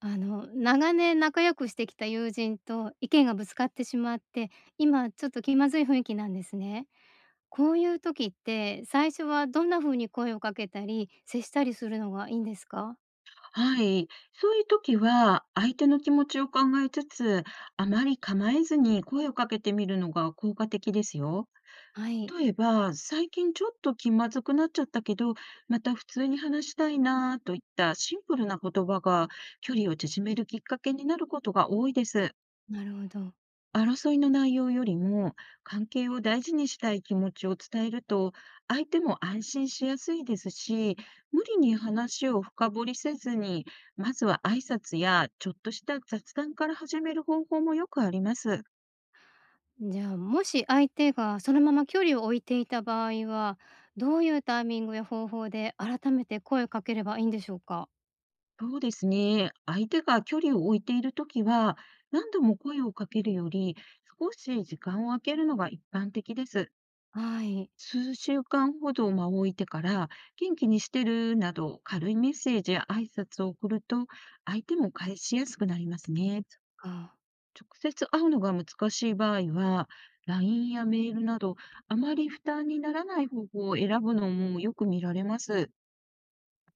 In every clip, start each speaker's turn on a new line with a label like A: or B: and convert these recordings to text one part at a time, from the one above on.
A: 長年仲良くしてきた友人と意見がぶつかってしまって、今ちょっと気まずい雰囲気なんですね。こういう時って最初はどんな風に声をかけたり、接したりするのがいいんですか？
B: はい。そういう時は、相手の気持ちを考えつつ、あまり構えずに声をかけてみるのが効果的ですよ。
A: はい、
B: 例えば、最近ちょっと気まずくなっちゃったけど、また普通に話したいなぁといったシンプルな言葉が距離を縮めるきっかけになることが多いです。
A: なるほど。
B: 争いの内容よりも、関係を大事にしたい気持ちを伝えると、相手も安心しやすいですし、無理に話を深掘りせずに、まずは挨拶やちょっとした雑談から始める方法もよくあります。
A: じゃあ、もし相手がそのまま距離を置いていた場合は、どういうタイミングや方法で改めて声をかければいいんでしょうか？
B: そうですね。相手が距離を置いているときは、何度も声をかけるより、少し時間を空けるのが一般的です。
A: はい。
B: 数週間ほど、置いてから、元気にしてるなど、軽いメッセージや挨拶を送ると、相手も返しやすくなりますね。
A: あ
B: 直接会うのが難しい場合は、LINE やメールなど、あまり負担にならない方法を選ぶのもよく見られます。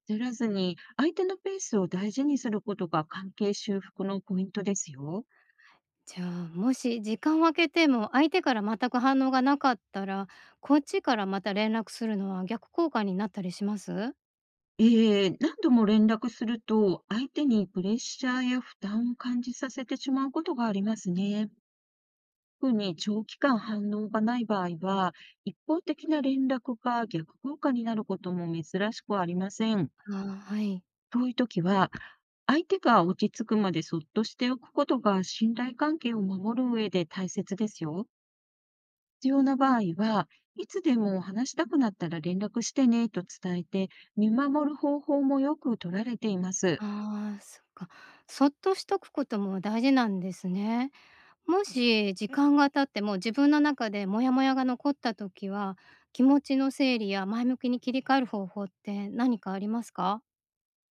B: 焦らずに、相手のペースを大事にすることが関係修復のポイントですよ。
A: じゃあ、もし時間を空けても相手から全く反応がなかったら、こっちからまた連絡するのは逆効果になったりします？
B: ええ、何度も連絡すると、相手にプレッシャーや負担を感じさせてしまうことがありますね。特に長期間反応がない場合は、一方的な連絡が逆効果になることも珍しくありません。
A: ああ、はい。
B: そういう時は、相手が落ち着くまでそっとしておくことが信頼関係を守る上で大切ですよ。必要な場合は、いつでも話したくなったら連絡してねと伝えて見守る方法もよく取られています。
A: ああ、そっか。そっとしとくことも大事なんですね。もし時間が経っても自分の中でモヤモヤが残った時は、気持ちの整理や前向きに切り替える方法って何かありますか？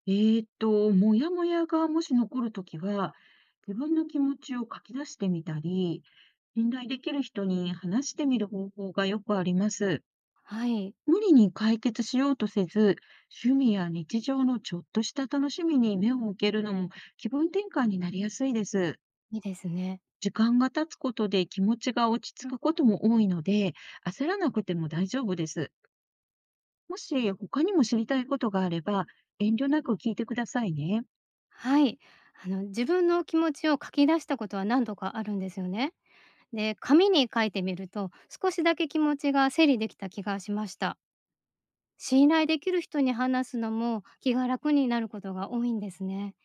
B: モヤモヤがもし残るときは、自分の気持ちを書き出してみたり、信頼できる人に話してみる方法がよくあります。
A: はい、
B: 無理に解決しようとせず、趣味や日常のちょっとした楽しみに目を向けるのも気分転換になりやすいです。
A: いいですね。
B: 時間が経つことで気持ちが落ち着くことも多いので、焦らなくても大丈夫です。もし他にも知りたいことがあれば、遠慮なく聞いてくださいね。
A: はい。自分の気持ちを書き出したことは何度かあるんですよね。で、紙に書いてみると、少しだけ気持ちが整理できた気がしました。信頼できる人に話すのも気が楽になることが多いんですね。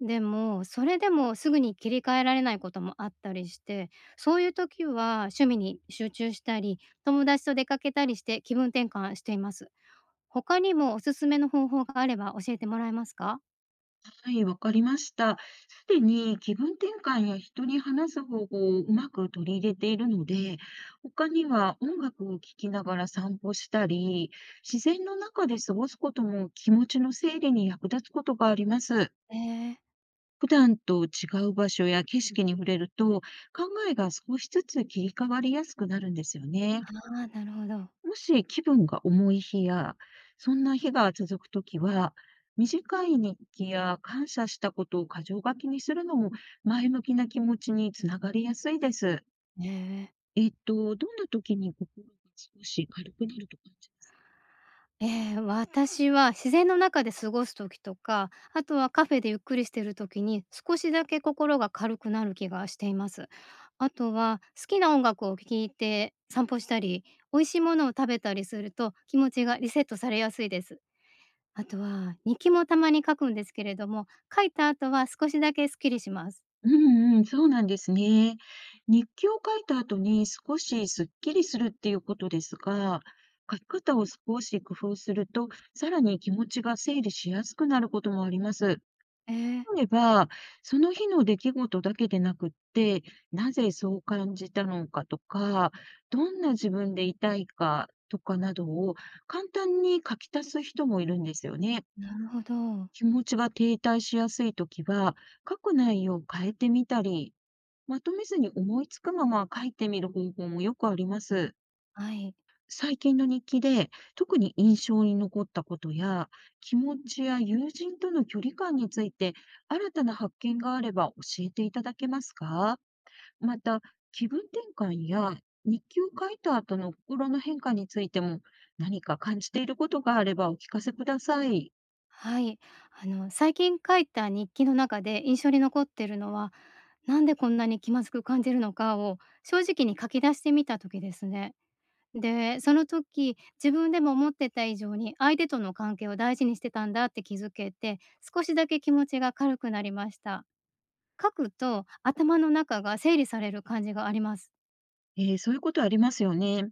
A: でも、それでもすぐに切り替えられないこともあったりして、そういう時は趣味に集中したり、友達と出かけたりして気分転換しています。他にもおすすめの方法があれば教えてもらえますか？
B: はい、わかりました。すでに気分転換や人に話す方法をうまく取り入れているので、他には音楽を聴きながら散歩したり、自然の中で過ごすことも気持ちの整理に役立つことがあります。
A: えー、
B: 普段と違う場所や景色に触れると、考えが少しずつ切り替わりやすくなるんですよね。
A: なるほど。
B: もし気分が重い日や、そんな日が続くときは、短い日記や感謝したことを箇条書きにするのも前向きな気持ちにつながりやすいです。
A: ええ
B: どんな時に心が少し軽くなると感じますか？
A: え、私は自然の中で過ごす時とか、あとはカフェでゆっくりしてる時に、少しだけ心が軽くなる気がしています。あとは好きな音楽を聴いて散歩したり、美味しいものを食べたりすると気持ちがリセットされやすいです。あとは日記もたまに書くんですけれども、書いた後は少しだけスッキリします。
B: うんうん、そうなんですね。日記を書いた後に少しスッキリするっていうことですが、書き方を少し工夫すると、さらに気持ちが整理しやすくなることもあります。
A: ええ、
B: 例えば、その日の出来事だけでなくって、なぜそう感じたのかとか、どんな自分でいたいかとかなどを簡単に書き足す人もいるんですよね。
A: なるほど。
B: 気持ちが停滞しやすいときは、書く内容を変えてみたり、まとめずに思いつくまま書いてみる方法もよくあります。
A: はい。
B: 最近の日記で、特に印象に残ったことや、気持ちや友人との距離感について、新たな発見があれば教えていただけますか？また、気分転換や日記を書いた後の心の変化についても、何か感じていることがあればお聞かせください。
A: はい。最近書いた日記の中で印象に残ってるのは、なんでこんなに気まずく感じるのかを正直に書き出してみた時ですね。で、その時、自分でも思ってた以上に相手との関係を大事にしてたんだって気づけて、少しだけ気持ちが軽くなりました。書くと頭の中が整理される感じがあります。
B: そういうことありますよね。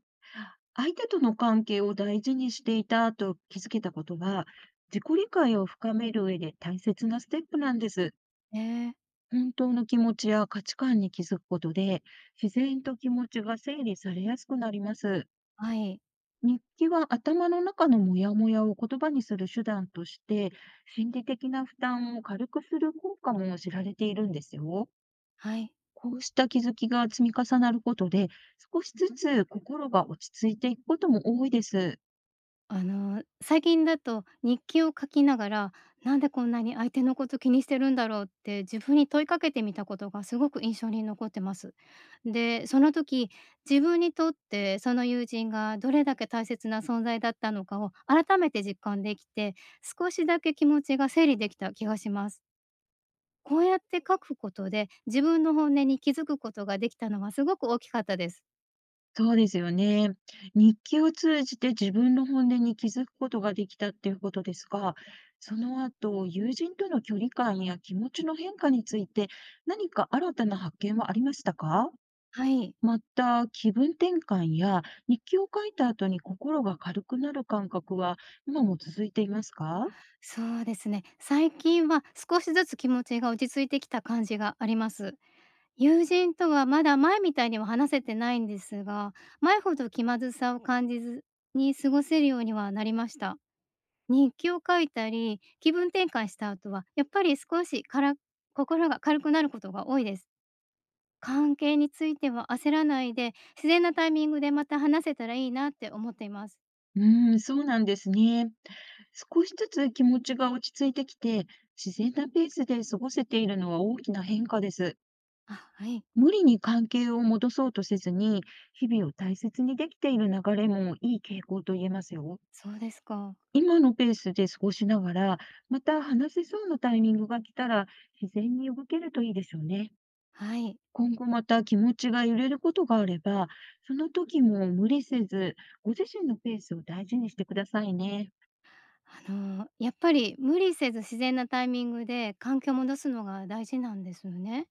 B: 相手との関係を大事にしていたと気づけたことは、自己理解を深める上で大切なステップなんです。
A: ええ。
B: 本当の気持ちや価値観に気づくことで、自然と気持ちが整理されやすくなります。
A: はい。
B: 日記は頭の中のモヤモヤを言葉にする手段として、心理的な負担を軽くする効果も知られているんですよ。
A: はい。
B: こうした気づきが積み重なることで、少しずつ心が落ち着いていくことも多いです。
A: 最近だと日記を書きながら、なんでこんなに相手のこと気にしてるんだろうって自分に問いかけてみたことがすごく印象に残ってます。で、その時、自分にとってその友人がどれだけ大切な存在だったのかを改めて実感できて、少しだけ気持ちが整理できた気がします。こうやって書くことで自分の本音に気づくことができたのはすごく大きかったです。
B: そうですよね。日記を通じて自分の本音に気づくことができたっていうことですが、その後、友人との距離感や気持ちの変化について何か新たな発見はありましたか？
A: はい。
B: また、気分転換や日記を書いた後に心が軽くなる感覚は今も続いていますか？
A: そうですね。最近は少しずつ気持ちが落ち着いてきた感じがあります。友人とはまだ前みたいには話せてないんですが、前ほど気まずさを感じずに過ごせるようにはなりました。日記を書いたり、気分転換した後は、やっぱり少しから心が軽くなることが多いです。関係については焦らないで、自然なタイミングでまた話せたらいいなって思っています。
B: うーん、そうなんですね。少しずつ気持ちが落ち着いてきて、自然なペースで過ごせているのは大きな変化です。
A: あ、はい、
B: 無理に関係を戻そうとせずに、日々を大切にできている流れもいい傾向と言えますよ。
A: そうですか。
B: 今のペースで過ごしながら、また話せそうなタイミングが来たら、自然に動けるといいでしょうね。
A: はい。
B: 今後また気持ちが揺れることがあれば、その時も無理せず、ご自身のペースを大事にしてくださいね。
A: やっぱり無理せず自然なタイミングで環境を戻すのが大事なんですよね。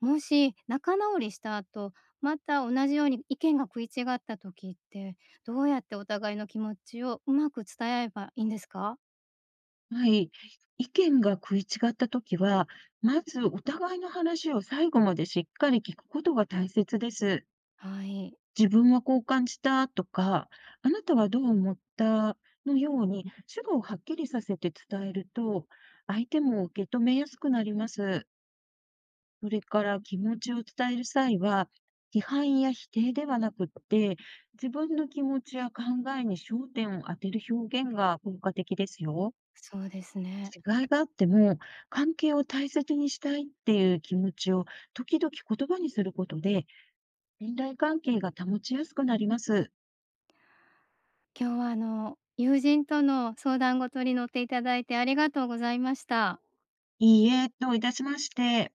A: もし仲直りした後、また同じように意見が食い違った時って、どうやってお互いの気持ちをうまく伝え合えばいいんですか？
B: はい。意見が食い違った時は、まずお互いの話を最後までしっかり聞くことが大切です。
A: はい、
B: 自分はこう感じたとか、あなたはどう思ったのように、主語をはっきりさせて伝えると、相手も受け止めやすくなります。それから気持ちを伝える際は、批判や否定ではなくって、自分の気持ちや考えに焦点を当てる表現が効果的ですよ。
A: そうですね。
B: 違いがあっても、関係を大切にしたいっていう気持ちを時々言葉にすることで、信頼関係が保ちやすくなります。
A: 今日は友人との相談ごとに乗っていただいてありがとうございました。
B: いいえ、どういたしまして。